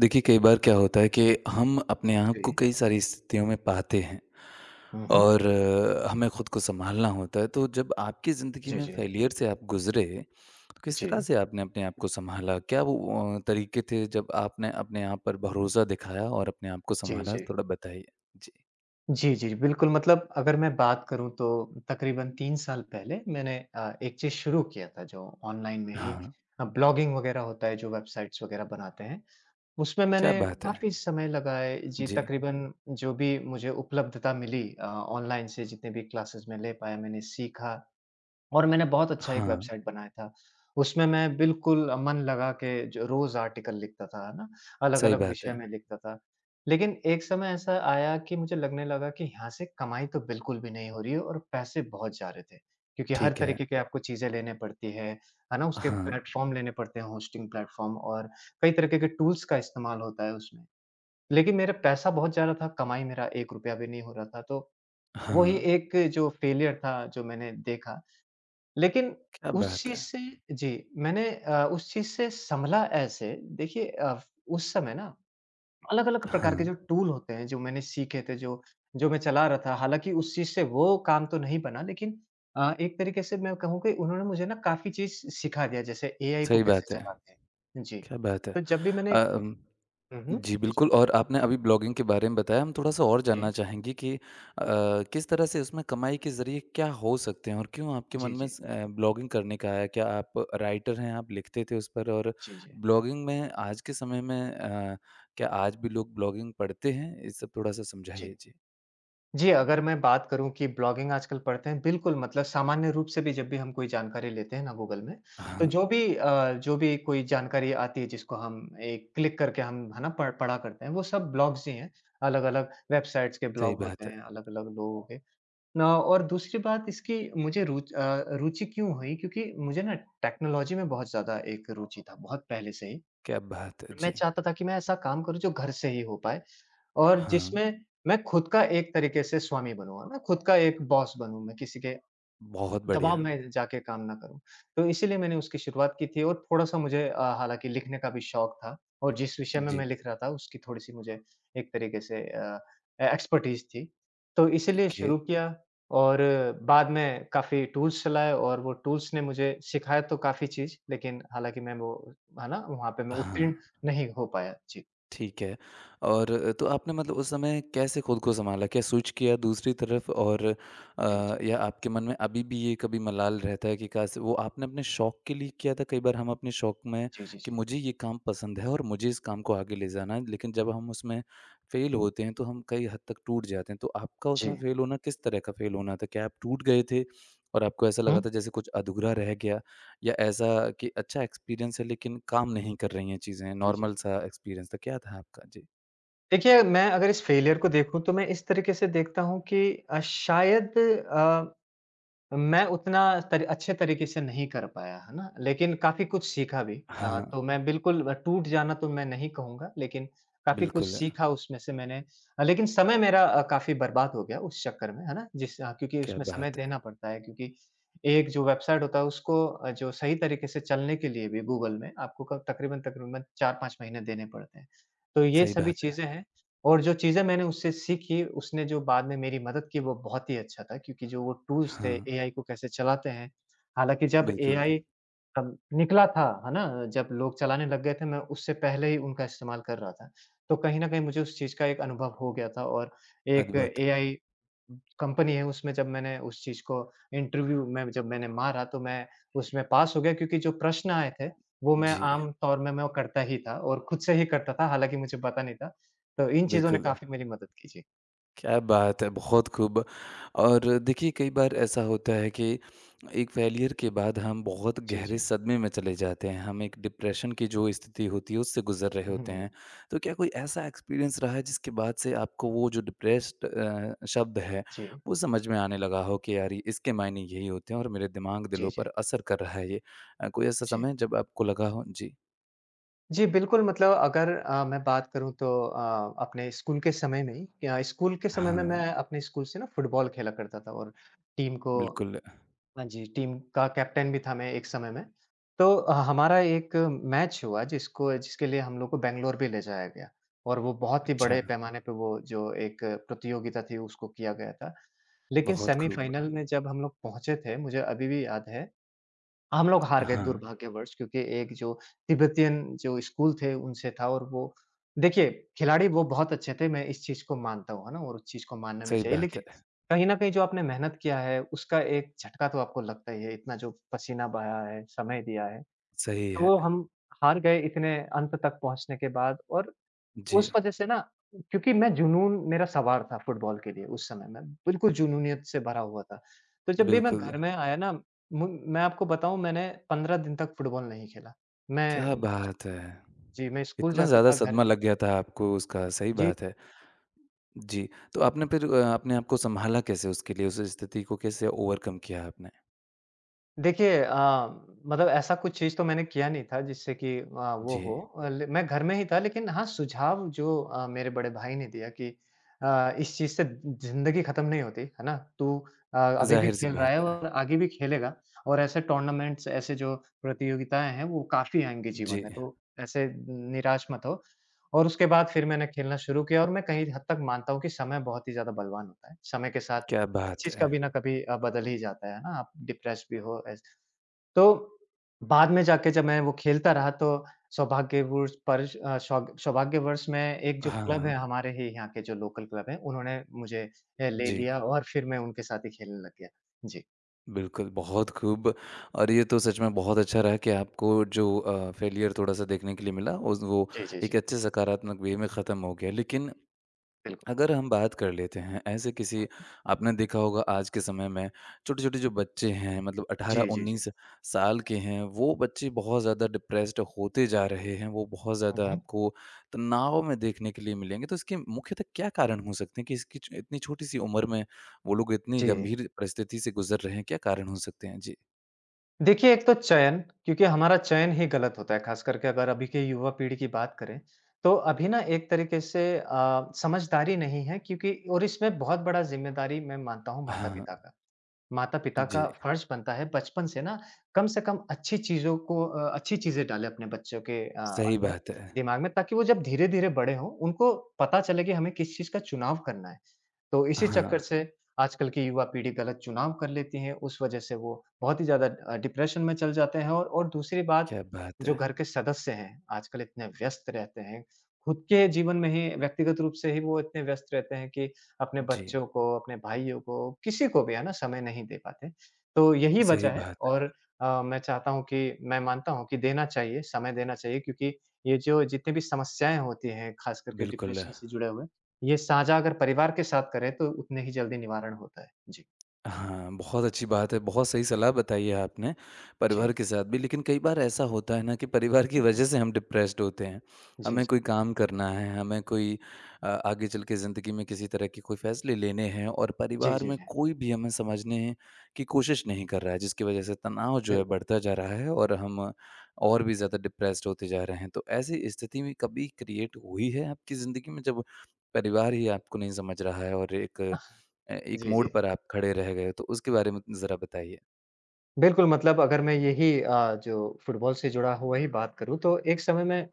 देखिए, कई बार क्या होता है कि हम अपने आप को जी। कई सारी स्थितियों में पाते हैं हुँ, हुँ। और हमें खुद को सँभालना होता है। तो जब आपकी ज़िंदगी जी, में जी। फ़ेलियर से आप गुज़रे, तो किस तरह जी, से आपने अपने आप को सँभाला? क्या वो तरीके थे जब आपने अपने आप पर भरोसा दिखाया और अपने आप को जी, सँभाला? जी। थोड़ा बताइए। जी। जी, जी, बिल्कुल मतलब अगर मैं बात करूँ तो तकरीबन 3 साल पहले मैंने एक चीज़ शुरू किया था जो ऑनलाइन में ही हाँ, ब्लॉगिंग वग़ैरह होता है जो वेबसाइट्स वग़ैरह बनाते हैं। उसमें क्या मैंने बात है! काफ़ी समय लगाए जी जी। तकरीबन जो भी मुझे उपलब्धता मिली ऑनलाइन से जितने भी क्लासेस मैं ले पाया मैंने सीखा। और मैंने बहुत अच्छा एक हाँ, वेबसाइट बनाया था। उसमें मैं बिल्कुल मन लगा के जो रोज़ आर्टिकल लिखता था, है ना? सही अलग-अलग बात विषय है। में लिखता था। लेकिन एक समय ऐसा आया कि मुझे लगने लगा कि यहाँ से कमाई तो बिल्कुल भी नहीं हो रही है और पैसे बहुत जा रहे थे। क्योंकि हर ठीक है। तरीके के आपको चीज़ें लेने पड़ती है ना? उसके हाँ, प्लेटफ़ॉर्म लेने पड़ते हैं, होस्टिंग प्लेटफ़ॉर्म और कई तरीके के टूल्स का इस्तेमाल होता है उसमें। लेकिन मेरा पैसा बहुत जा रहा था, कमाई मेरा 1 रुपया भी नहीं हो रहा था। तो वही हाँ, एक जो फेलियर था जो मैंने देखा लेकिन क्या उस बात चीज़ है! से जी, मैंने उस चीज़ से संभला ऐसे देखिए उस समय ना अलग-अलग हाँ, प्रकार के जो टूल होते हैं, जो मैंने सीखे थे, जो जो मैं चला रहा था, हालाँकि उस चीज़ से वो काम तो नहीं बना लेकिन एक तरीके से मैं कहूँ कि उन्होंने मुझे ना काफ़ी चीज़ सिखा दिया, जैसे एआई को सही कैसे बात है। चलाते हैं। जी, क्या बात है! तो जब भी मैंने अ, अम हुँ, हुँ। जी, जी, बिल्कुल और आपने अभी ब्लॉगिंग के बारे में बताया, हम थोड़ा-सा और जानना जी, चाहेंगे कि किस तरह से उसमें कमाई के ज़रिए क्या हो सकते हैं और क्यों आपके जी, मन में जी, ब्लॉगिंग करने का आया? क्या आप राइटर हैं, आप लिखते थे उस पर और जी, जी, ब्लॉगिंग में आज के समय में क्या आज भी लोग ब्लॉगिंग पढ़ते हैं? ये सब थोड़ा-सा समझाइए? जी। जी। जी, अगर मैं बात करूँ कि ब्लॉगिंग आजकल पढ़ते हैं, बिल्कुल मतलब सामान्य रूप से भी जब भी हम कोई जानकारी लेते हैं ना गूगल में, तो हाँ, जो भी जो भी कोई जानकारी आती है जिसको हम एक क्लिक करके हम है ना पढ़ पढ़ा करते हैं, वो सब ब्लॉग्स ही हैं। अलग-अलग वेबसाइट्स के सही ब्लॉग होते बात हैं, है। अलग-अलग लोगों के। ना और दूसरी बात इसकी मुझे रुचि क्यों हुई क्योंकि मुझे ना टेक्नोलॉजी में बहुत ज़्यादा एक रुचि था, बहुत पहले से ही। क्या बात है! मैं जी। चाहता था कि मैं ऐसा काम करूँ जो घर से ही हो पाए और हाँ, जिसमें मैं खुद का एक तरीके से स्वामी बनूँ, है ना? खुद का एक बॉस बनूँ मैं किसी के बहुत दबाव बढ़िया। में जाके काम ना करूँ। तो इसीलिए मैंने उसकी शुरुआत की थी और थोड़ा-सा मुझे हालाँकि लिखने का भी शौक था और जिस विषय में जी, मैं लिख रहा था उसकी थोड़ी-सी मुझे एक तरीके से एक्सपर्टीज़ थी। तो इसीलिए ओके। शुरू किया और बाद में काफ़ी टूल्स चलाए और वो टूल्स ने मुझे सिखाया तो काफ़ी चीज़, लेकिन हालाँकि मैं वो है ना, वहाँ पे मैं हाँ। उत्तीर्ण नहीं हो पाया। जी, ठीक है। और तो आपने मतलब उस समय कैसे खुद को सँभाला? क्या स्विच किया दूसरी तरफ और जी, जी। या आपके मन में अभी भी ये कभी मलाल रहता है कि काश वो आपने अपने शौक के लिए किया था? कई बार हम अपने शौक में जी, जी, कि जी। मुझे ये काम पसंद है और मुझे इस काम को आगे ले जाना है, लेकिन जब हम उसमें फ़ेल होते हैं, तो हम कई हद तक टूट जाते हैं। तो आपका जी। उसमें फ़ेल होना किस तरह का फ़ेल होना था? क्या आप टूट गए थे और आपको ऐसा लगा हुँ। था जैसे कुछ अधूरा रह गया? या ऐसा कि अच्छा एक्सपीरियंस है लेकिन काम नहीं कर रही हैं चीज़ें, जी, जी, नॉर्मल जी। सा एक्सपीरियंस था, क्या था आपका? जी। देखिए, मैं अगर इस फेलियर को देखूँ तो मैं इस तरीके से देखता हूँ कि शायद अ, मैं उतना तर अच्छे तरीके से नहीं कर पाया, है ना? लेकिन काफ़ी कुछ सीखा भी। हाँ, तो मैं बिल्कुल टूट जाना तो मैं नहीं कहूँगा, लेकिन काफ़ी कुछ बिल्कुल, सीखा उसमें से मैंने। लेकिन समय मेरा काफ़ी बर्बाद हो गया उस चक्कर में, है ना? क्योंकि क्या उसमें समय बात देना है! पड़ता है क्योंकि एक जो वेबसाइट होता है उसको जो सही तरीके से चलने के लिए भी गूगल में आपको क तकरीबन-तकरीबन 4-5 महीने देने पड़ते हैं। तो ये सही सभी बात है। चीज़ें हैं और जो चीज़ें मैंने उससे सीखी, उसने जो बाद में मेरी मदद की वो बहुत ही अच्छा था क्योंकि जो वो टूल्स हाँ, थे एआई को कैसे चलाते हैं। हालाँकि जब बिल्कुल, एआई तब निकला था, है ना? जब लोग चलाने लग गए थे, मैं उससे पहले ही उनका इस्तेमाल कर रहा था। तो कहीं न कहीं मुझे उस चीज़ का एक अनुभव हो गया था और एक अद्भुत। एआई कंपनी है उसमें जब मैंने उस चीज़ को इंटरव्यू में जब मैंने मारा तो मैं उसमें पास हो गया क्योंकि जो प्रश्न आए थे, वो मैं जी, आम तौर में मैं वो करता ही था और खुद से ही करता था, हालाँकि मुझे पता नहीं था। तो इन चीज़ों ने बिल्कुल। काफ़ी मेरी मदद की जी। क्या बात है! बहुत खूब और देखिए कई बार ऐसा होता है कि एक फ़ेलियर के बाद हम बहुत जी, गहरे जी। सदमे में चले जाते हैं। हम एक डिप्रेशन की जो स्थिति होती है उससे गुज़र रहे हुँ, हुँ, होते हुँ। हैं। तो क्या कोई ऐसा एक्सपीरियंस रहा है जिसके बाद से आपको वो जो डिप्रेस्ड शब्द है जी, वो समझ में आने लगा हो कि यार ये इसके मायने यही होते हैं और मेरे दिमाग जी, दिलों पर जी, असर कर रहा है ये। कोई ऐसा जी। समय जब आपको लगा हो? जी। जी, बिल्कुल मतलब अगर मैं बात करूँ तो अपने स्कूल के समय में ही या स्कूल के समय में हाँ, मैं अपने स्कूल से ना फुटबॉल खेला करता था और टीम को बिल्कुल। हाँ जी, टीम का कैप्टन भी था मैं एक समय में। तो हमारा एक मैच हुआ जिसको जिसके लिए हम लोग को बैंगलोर भी ले जाया गया और वो बहुत ही अच्छा, बड़े पैमाने पे वो जो एक प्रतियोगिता थी उसको किया गया था। लेकिन बहुत खूब। सेमीफ़ाइनल में जब हम लोग पहुँचे थे, मुझे अभी भी याद है हम लोग हार गए हाँ, दुर्भाग्यवश क्योंकि एक जो तिब्बतियन जो स्कूल थे उनसे था और वो देखिए खिलाड़ी वो बहुत अच्छे थे, मैं इस चीज़ को मानता हूँ, है ना? और उस चीज़ को मानना भी सही चाहिए बात लेकिन है। कहीं न कहीं जो आपने मेहनत किया है उसका एक झटका तो आपको लगता ही है, इतना जो पसीना बहाया है, समय दिया है। सही तो है। वो हम हार गए इतने अंत तक पहुँचने के बाद और जी, उस वजह से ना क्योंकि मैं जुनून मेरा सवार था फुटबॉल के लिए उस समय मैं बिल्कुल जुनूनियत से भरा हुआ था। तो जब भी मैं बिल्कुल। घर में आया ना मु मैं आपको बताऊँ मैंने 15 दिन तक फुटबॉल नहीं खेला। क्या मैं बात है! जी, मैं स्कूल इतना जाता ज़्यादा था घर सदमा लग गया था आपको उसका, सही जी। बात है। जी, तो आपने फिर अपने आप को सँभाला कैसे उसके लिए, उस स्थिति को कैसे ओवरकम किया आपने? देखिए मतलब ऐसा कुछ चीज़ तो मैंने किया नहीं था जिससे कि अ, वो जी, हो अ, ले मैं घर में ही था लेकिन हाँ, सुझाव जो मेरे बड़े भाई ने दिया कि इस चीज़ से ज़िंदगी ख़त्म नहीं होती, है ना? तू अभी भी ज़ाहिर-सी खेल रहा है बात है। और आगे भी खेलेगा और ऐसे टूर्नामेंट्स, ऐसे जो प्रतियोगिताएँ हैं वो काफ़ी आएँगी जी, जीवन में, तो ऐसे निराश मत हो। और उसके बाद फिर मैंने खेलना शुरू किया और मैं कहीं हद तक मानता हूँ कि समय बहुत ही ज़्यादा बलवान होता है। समय के साथ क्या बात चीज़ है! कभी न कभी बदल ही जाता है ना? आप डिप्रेस्ड भी हो ऐस तो बाद में जाके जब मैं वो खेलता रहा तो सौभाग्यवुर्ष पर्ष अ, सौग सौभाग्यवश में एक जो क्लब हाँ, है हमारे ही यहाँ के जो लोकल क्लब है, उन्होंने मुझे ले जी, लिया और फिर मैं उनके साथ ही खेलने लग गया। जी। बिल्कुल, बहुत खूब। और ये तो सच में बहुत अच्छा रहा कि आपको जो फेलियर थोड़ा-सा देखने के लिए मिला, उस वो जी, जी, जी। एक अच्छे सकारात्मक वे में ख़त्म हो गया। लेकिन बिल्कुल। अगर हम बात कर लेते हैं ऐसे हुँ, किसी हुँ। आपने देखा होगा आज के समय में छोटे-छोटे जो बच्चे हैं मतलब जी, जी, जी। 18-19 साल के हैं, वो बच्चे बहुत ज़्यादा डिप्रेस्ड होते जा रहे हैं, वो बहुत हुँ, ज़्यादा हुँ। आपको तनाव में देखने के लिए मिलेंगे। तो इसके मुख्यतः क्या कारण हो सकते हैं कि इसकी च इतनी छोटी-सी उम्र में वो लोग इतनी जी। गंभीर परिस्थिति से गुज़र रहे हैं? क्या कारण हो सकते हैं? जी। देखिए, एक तो चयन क्योंकि हमारा चयन ही गलत होता है, ख़ास करके अगर अभी के युवा पीढ़ी की बात करें, तो अभी ना एक तरीके से समझदारी नहीं है क्योंकि और इसमें बहुत बड़ा ज़िम्मेदारी मैं मानता हूँ हाँ, माता-पिता का। माता-पिता का जी। फ़र्ज़ बनता है बचपन से ना कम से कम अच्छी चीज़ों को अ, अच्छी चीज़ें डालें अपने बच्चों के सही अंदर, बात है। दिमाग में ताकि वो जब धीरे-धीरे बड़े हों, उनको पता चले कि हमें किस चीज़ का चुनाव करना है। तो इसी हाँ, चक्कर से आजकल की युवा पीढ़ी गलत चुनाव कर लेती है, उस वजह से वो बहुत ही ज़्यादा डिप्रेशन में चल जाते हैं और दूसरी बात क्या बात जो है। घर के सदस्य हैं, आजकल इतने व्यस्त रहते हैं, खुद के जीवन में ही व्यक्तिगत रूप से ही वो इतने व्यस्त रहते हैं कि अपने जी, बच्चों को, अपने भाइयों को, किसी को भी है ना समय नहीं दे पाते। तो यही वजह सही है बात है। और मैं चाहता हूँ कि मैं मानता हूँ कि देना चाहिए, समय देना चाहिए क्योंकि ये जो जितनी भी समस्याएँ होती हैं, खास करके बिल्कुल। डिप्रेशन से जुड़े हुए ये साझा अगर परिवार के साथ करें तो उतने ही जल्दी निवारण होता है। जी, हाँ, बहुत अच्छी बात है, बहुत सही सलाह बताई है आपने, जी। परिवार के साथ भी लेकिन कई बार ऐसा होता है ना कि परिवार की हुँ, हुँ। वजह से हम डिप्रेस्ड होते हैं, जी, हमें जी। कोई काम करना है, हमें कोई आगे चल के ज़िंदगी में किसी तरह के कोई फ़ैसले लेने हैं और जी, परिवार जी, में जी। कोई भी हमें समझने की कोशिश नहीं कर रहा है, जिसकी वजह से तनाव जो है बिल्कुल। बढ़ता जा रहा है और हम और भी ज़्यादा डिप्रेस्ड होते जा रहे हैं। तो ऐसी स्थिति में कभी क्रिएट हुई है आपकी ज़िंदगी में जब परिवार ही आपको नहीं समझ रहा है और एक एक जी, मोड़ जी। पर आप खड़े रह गए, तो उसके बारे में ज़रा बताइए? बिल्कुल मतलब अगर मैं यही जो फुटबॉल से जुड़ा हुआ ही बात करूँ तो एक समय में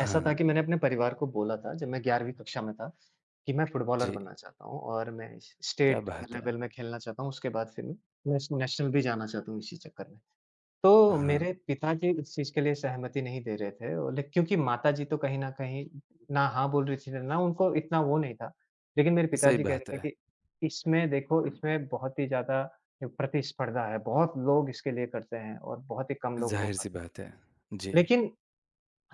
ऐसा था कि मैंने अपने परिवार को बोला था जब मैं 11वीं कक्षा में था कि मैं फुटबॉलर जी, बनना चाहता हूँ और मैं स क्या स्टेट बात है! लेवल में खेलना चाहता हूँ। उसके बाद फिर मैं नेश नेशनल भी जाना चाहता हूँ इसी चक्कर में। तो हाँ, मेरे पिताजी इस चीज़ के लिए सहमति नहीं दे रहे थे और ले क्योंकि माताजी तो कहीं न कहीं ना हाँ बोल रही थी, ना उनको इतना वो नहीं था। लेकिन मेरे सही पिताजी कह बात रहे है, थे कि इसमें देखो इसमें बहुत ही ज़्यादा प्रतिस्पर्धा है, बहुत लोग इसके लिए करते हैं और बहुत ही कम लोग हो पाते ज़ाहिर-सी बात है। जी, हैं। लेकिन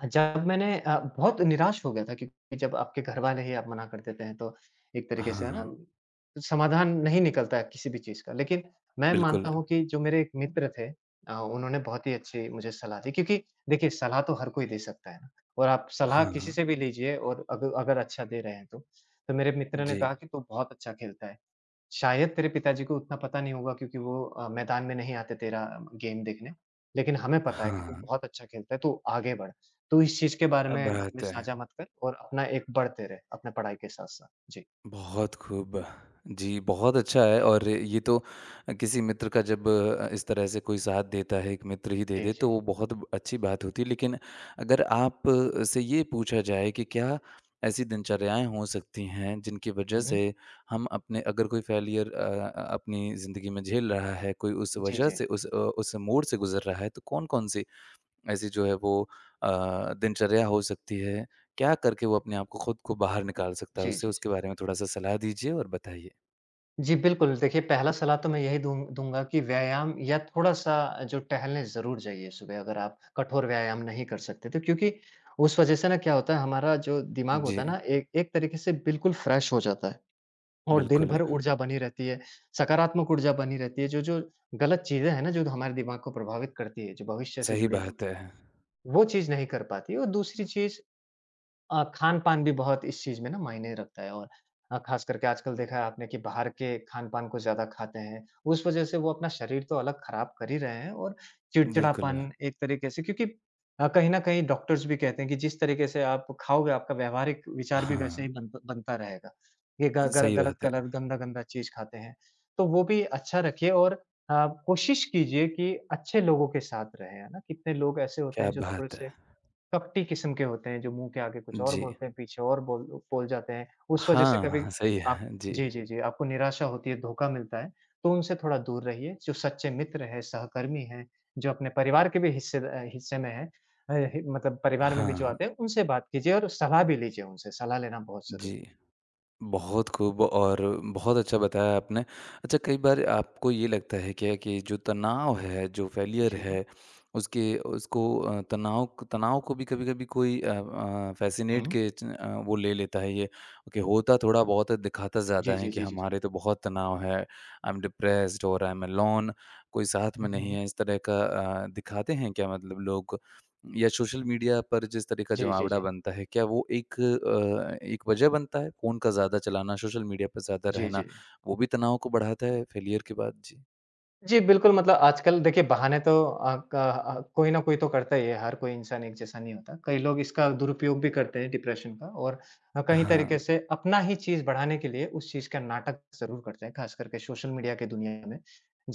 हाँ, बहुत निराश हो गया था क्योंकि जब आपके घरवाले ही आप मना कर देते हैं तो एक तरीके से है ना हाँ, समाधान नहीं निकलता है किसी भी चीज़ का। लेकिन मैं मानता बिल्कुल, हूँ कि जो मेरे एक मित्र थे उन्होंने बहुत ही अच्छी मुझे सलाह दी क्योंकि देखिए सलाह तो हर कोई दे सकता है ना और आप सलाह हाँ, किसी हाँ, से भी लीजिए और अग अगर अच्छा दे रहे हैं तो। तो मेरे मित्र ने जी, कहा कि तू बहुत अच्छा खेलता है। शायद तेरे पिताजी को उतना पता नहीं होगा क्योंकि वो मैदान में नहीं आते तेरा गेम देखने। लेकिन हमें पता है कि तू हाँ, बहुत अच्छा खेलता है, तू आगे बढ़। तू इस चीज़ के बारे क्या में घर में बात है! साझा मत कर और अपना एक बढ़ते रहे, अपने पढ़ाई के साथ-साथ। जी। बहुत खूब। जी, बहुत अच्छा है और ये तो किसी मित्र का जब इस तरह से कोई साथ देता है, एक मित्र ही दे जी, जी, दे, जी। तो वो बहुत ब अच्छी बात होती है। लेकिन अगर आप से ये पूछा जाए कि क्या ऐसी दिनचर्याएँ हो सकती हैं, जिनकी वजह हुँ, हुँ। से हम अपने अगर कोई फ़ेलियर अपनी ज़िंदगी में झेल रहा है, कोई उस जी, वजह जी। से उस उस मोड़ से गुज़र रहा है, तो कौन-कौन सी ऐसी जो है वो दिनचर्या हो सकती है? क्या करके वो अपने आप को खुद को बाहर निकाल सकता है जी, उससे? जी, जी। उसके बारे में थोड़ा-सा सलाह दीजिए और बताइए। जी, बिल्कुल, देखिए पहला सलाह तो मैं यही दूँगा कि व्यायाम या थोड़ा-सा जो टहलने ज़रूर जाइए सुबह अगर आप कठोर व्यायाम नहीं कर सकते तो क्योंकि उस वज़ह से ना क्या होता है हमारा जो दिमाग जी, होता है ना, एक एक तरीके से बिल्कुल फ्रेश हो जाता है। और दिन बिल्कुल, भर ऊर्जा बनी रहती है, सकारात्मक ऊर्जा बनी रहती है। जो-जो गलत चीज़ें हैं ना, जो हमारे दिमाग को प्रभावित करती है, जो भविष्य से सही जुड़ी बात है। हुई, वो चीज़ नहीं कर पाती और दूसरी चीज़ खान-पान भी बहुत इस चीज़ में ना मायने रखता है और ख़ास करके आजकल देखा है आपने कि बाहर के खान-पान को ज़्यादा खाते हैं। उस वज़ह से वो अपना शरीर तो अलग ख़राब कर ही रहे हैं और बिल्कुल, चिड़चिड़ापन एक तरीके से क्योंकि कहीं न कहीं डॉक्टर्स भी कहते हैं कि जिस तरीके से आप खाओगे, आपका व्यावहारिक विचार भी वैसे ही हाँ, बन बनता रहेगा। ये ग गल सही बात है। गलत-गलत, गंदा-गंदा चीज़ खाते हैं। तो वो भी अच्छा रखिए और कोशिश कीजिए कि अच्छे लोगों के साथ रहें, है ना? कितने लोग ऐसे होते क्या हैं जो बात है! थोड़े-से कपटी किस्म के होते हैं, जो मुँह के आगे कुछ और जी। बोलते हैं, पीछे और बोल बोल जाते हैं। उस वजह से कभी हाँ, सही आप है। जी। जी, जी, जी, आपको निराशा होती है, धोखा मिलता है, तो उनसे थोड़ा दूर रहिए। जो सच्चे मित्र हैं, सहकर्मी हैं, जो अपने परिवार के भी हिस्से में हैं अ, हि मतलब परिवार में भी जो हाँ, आते हैं, उनसे बात कीजिए और सलाह भी लीजिए उनसे, सलाह लेना बहुत ज़रूरी है। जी। बहुत खूब और बहुत अच्छा बताया आपने। अच्छा कई बार आपको ये लगता है क्या कि जो तनाव है, जो फ़ेलियर जी। है, उसके उसको अ, तनाव तनाव को भी कभी-कभी कोई अ अ, फ़ैसिनेट हुँ। के च अ, वो ले लेता है ये कि होता थोड़ा बहुत है, दिखाता जी, ज़्यादा है जी, कि जी, जी। हमारे तो बहुत तनाव है, आई एम डिप्रेस्ड और आई एम अलोन कोई साथ हुँ, में हुँ, नहीं हुँ। है, इस तरह का दिखाते हैं क्या मतलब लोग या सोशल मीडिया पर जिस तरह का जी, जी, जी। जमावड़ा बनता है, क्या वो एक एक वजह बनता है? फ़ोन का ज़्यादा चलाना, सोशल मीडिया पर ज़्यादा जी, जी, रहना, जी। वो भी तनाव को बढ़ाता है फ़ेलियर के बाद? जी। जी, बिल्कुल मतलब आजकल देखिए बहाने तो कोई न कोई तो करता ही है, हर कोई इंसान एक जैसा नहीं होता। कई लोग इसका दुरुपयोग भी करते हैं डिप्रेशन का और कई हाँ, तरीके से अपना ही चीज़ बढ़ाने के लिए उस चीज़ का नाटक ज़रूर करते हैं, ख़ास करके सोशल मीडिया की दुनिया में।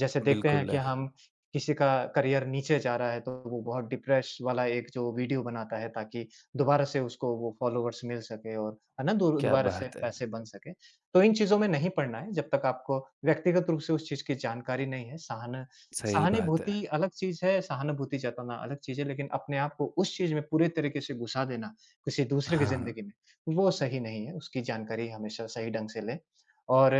जैसे देखते हैं कि बिल्कुल। हम किसी का करियर नीचे जा रहा है तो वो बहुत डिप्रेस वाला एक जो वीडियो बनाता है ताकि दोबारा से उसको वो फ़ॉलोवर्स मिल सके और है ना? दो क्या दोबारा से बात है! पैसे बन सके। तो इन चीज़ों में नहीं पड़ना है जब तक आपको व्यक्तिगत रूप से उस चीज़ की जानकारी नहीं है। सहन सही बात है। सहानुभूति अलग चीज़ है, सहानुभूति जताना अलग चीज़ है, लेकिन अपने आप को उस चीज़ में पूरे तरीके से घुसा देना किसी दूसरे की हाँ, ज़िंदगी में, वो सही नहीं है। उसकी जानकारी हमेशा सही ढंग से लें और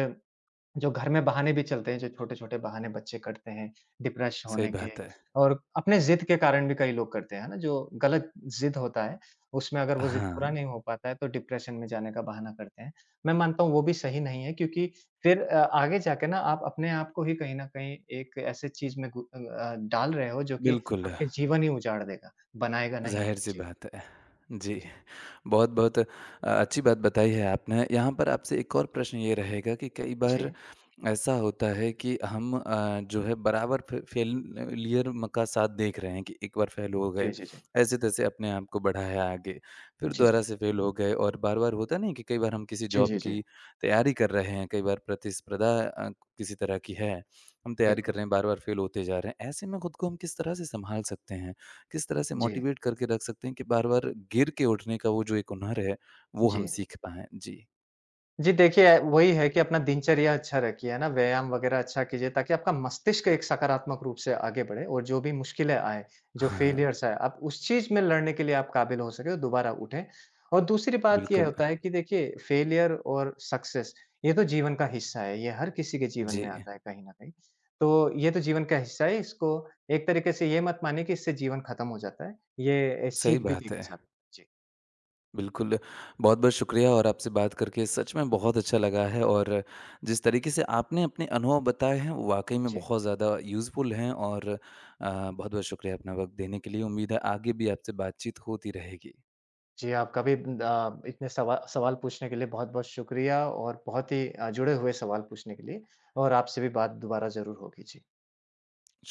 जो घर में बहाने भी चलते हैं, जो छोटे-छोटे बहाने बच्चे करते हैं, डिप्रेस सही होने के बात है। और अपने ज़िद के कारण भी कई लोग करते हैं, है ना? जो गलत ज़िद होता है, उसमें अगर वो ज़िद पूरा हाँ, नहीं हो पाता है, तो डिप्रेशन में जाने का बहाना करते हैं। मैं मानता हूँ वो भी सही नहीं है क्योंकि फिर आगे जाके ना आप अपने आप को ही कहीं न कहीं एक ऐसे चीज़ में डाल रहे हो जो कि बिल्कुल, आपके जीवन ही उजाड़ देगा, बनाएगा नहीं। ज़ाहिर-सी जी, बात है। जी, जी, बहुत-बहुत अच्छी बात बताई है आपने। यहाँ पर आपसे एक और प्रश्न ये रहेगा कि कई बार जी। ऐसा होता है कि हम जो है बराबर फे फेलियर म का साथ देख रहे हैं कि एक बार फेल हो जी, गए, जी, जी। ऐसे-तैसे अपने आप को बढ़ाया आगे, फिर जी, दोबारा जी। से फेल हो गए और बार-बार होता नहीं है कि कई बार हम किसी जी, जॉब जी, जी। की तैयारी कर रहे हैं, कई बार प्रतिस्पर्धा किसी तरह की है, हम तैयारी कर बिल्कुल। रहे हैं, बार-बार फेल होते जा रहे हैं। ऐसे में खुद को हम किस तरह से संभाल सकते हैं, किस तरह से जी, मोटिवेट करके रख सकते हैं कि बार-बार गिर के उठने का वो जो एक हुनर है, वो हम जी। सीख पाएँ? जी। जी देखिए, वही है कि अपना दिनचर्या अच्छा रखिए, है ना? व्यायाम वगैरह अच्छा कीजिए ताकि आपका मस्तिष्क एक सकारात्मक रूप से आगे बढ़े और जो भी मुश्किलें आएँ, जो हाँ, फेलियर्स आएँ, आप उस चीज़ में लड़ने के लिए आप काबिल हो सके और दोबारा उठें। और दूसरी बात ये बिल्कुल। होता है कि देखिए फेलियर और सक्सेस ये तो जीवन का हिस्सा है, ये हर किसी के जीवन जी। में आता है कहीं न कहीं। तो ये तो जीवन का हिस्सा है, इसको एक तरीके से ये मत मानिए कि इससे जीवन खत्म हो जाता है, ये सही सीख भी बात देखी है। जाती है। बिल्कुल, बहुत-बहुत शुक्रिया और आपसे बात करके सच में बहुत अच्छा लगा है और जिस तरीके से आपने अपने अनुभव बताए हैं, वो वाक़ई में जी, जी। बहुत ज़्यादा यूज़फुल हैं और बहुत-बहुत शुक्रिया अपना वक़्त देने के लिए। उम्मीद है आगे भी आपसे बातचीत होती रहेगी। जी, आपका भी इतने सवाल पूछने के लिए बहुत-बहुत शुक्रिया और बहुत ही जुड़े हुए सवाल पूछने के लिए और आपसे भी बात दोबारा ज़रूर होगी। जी।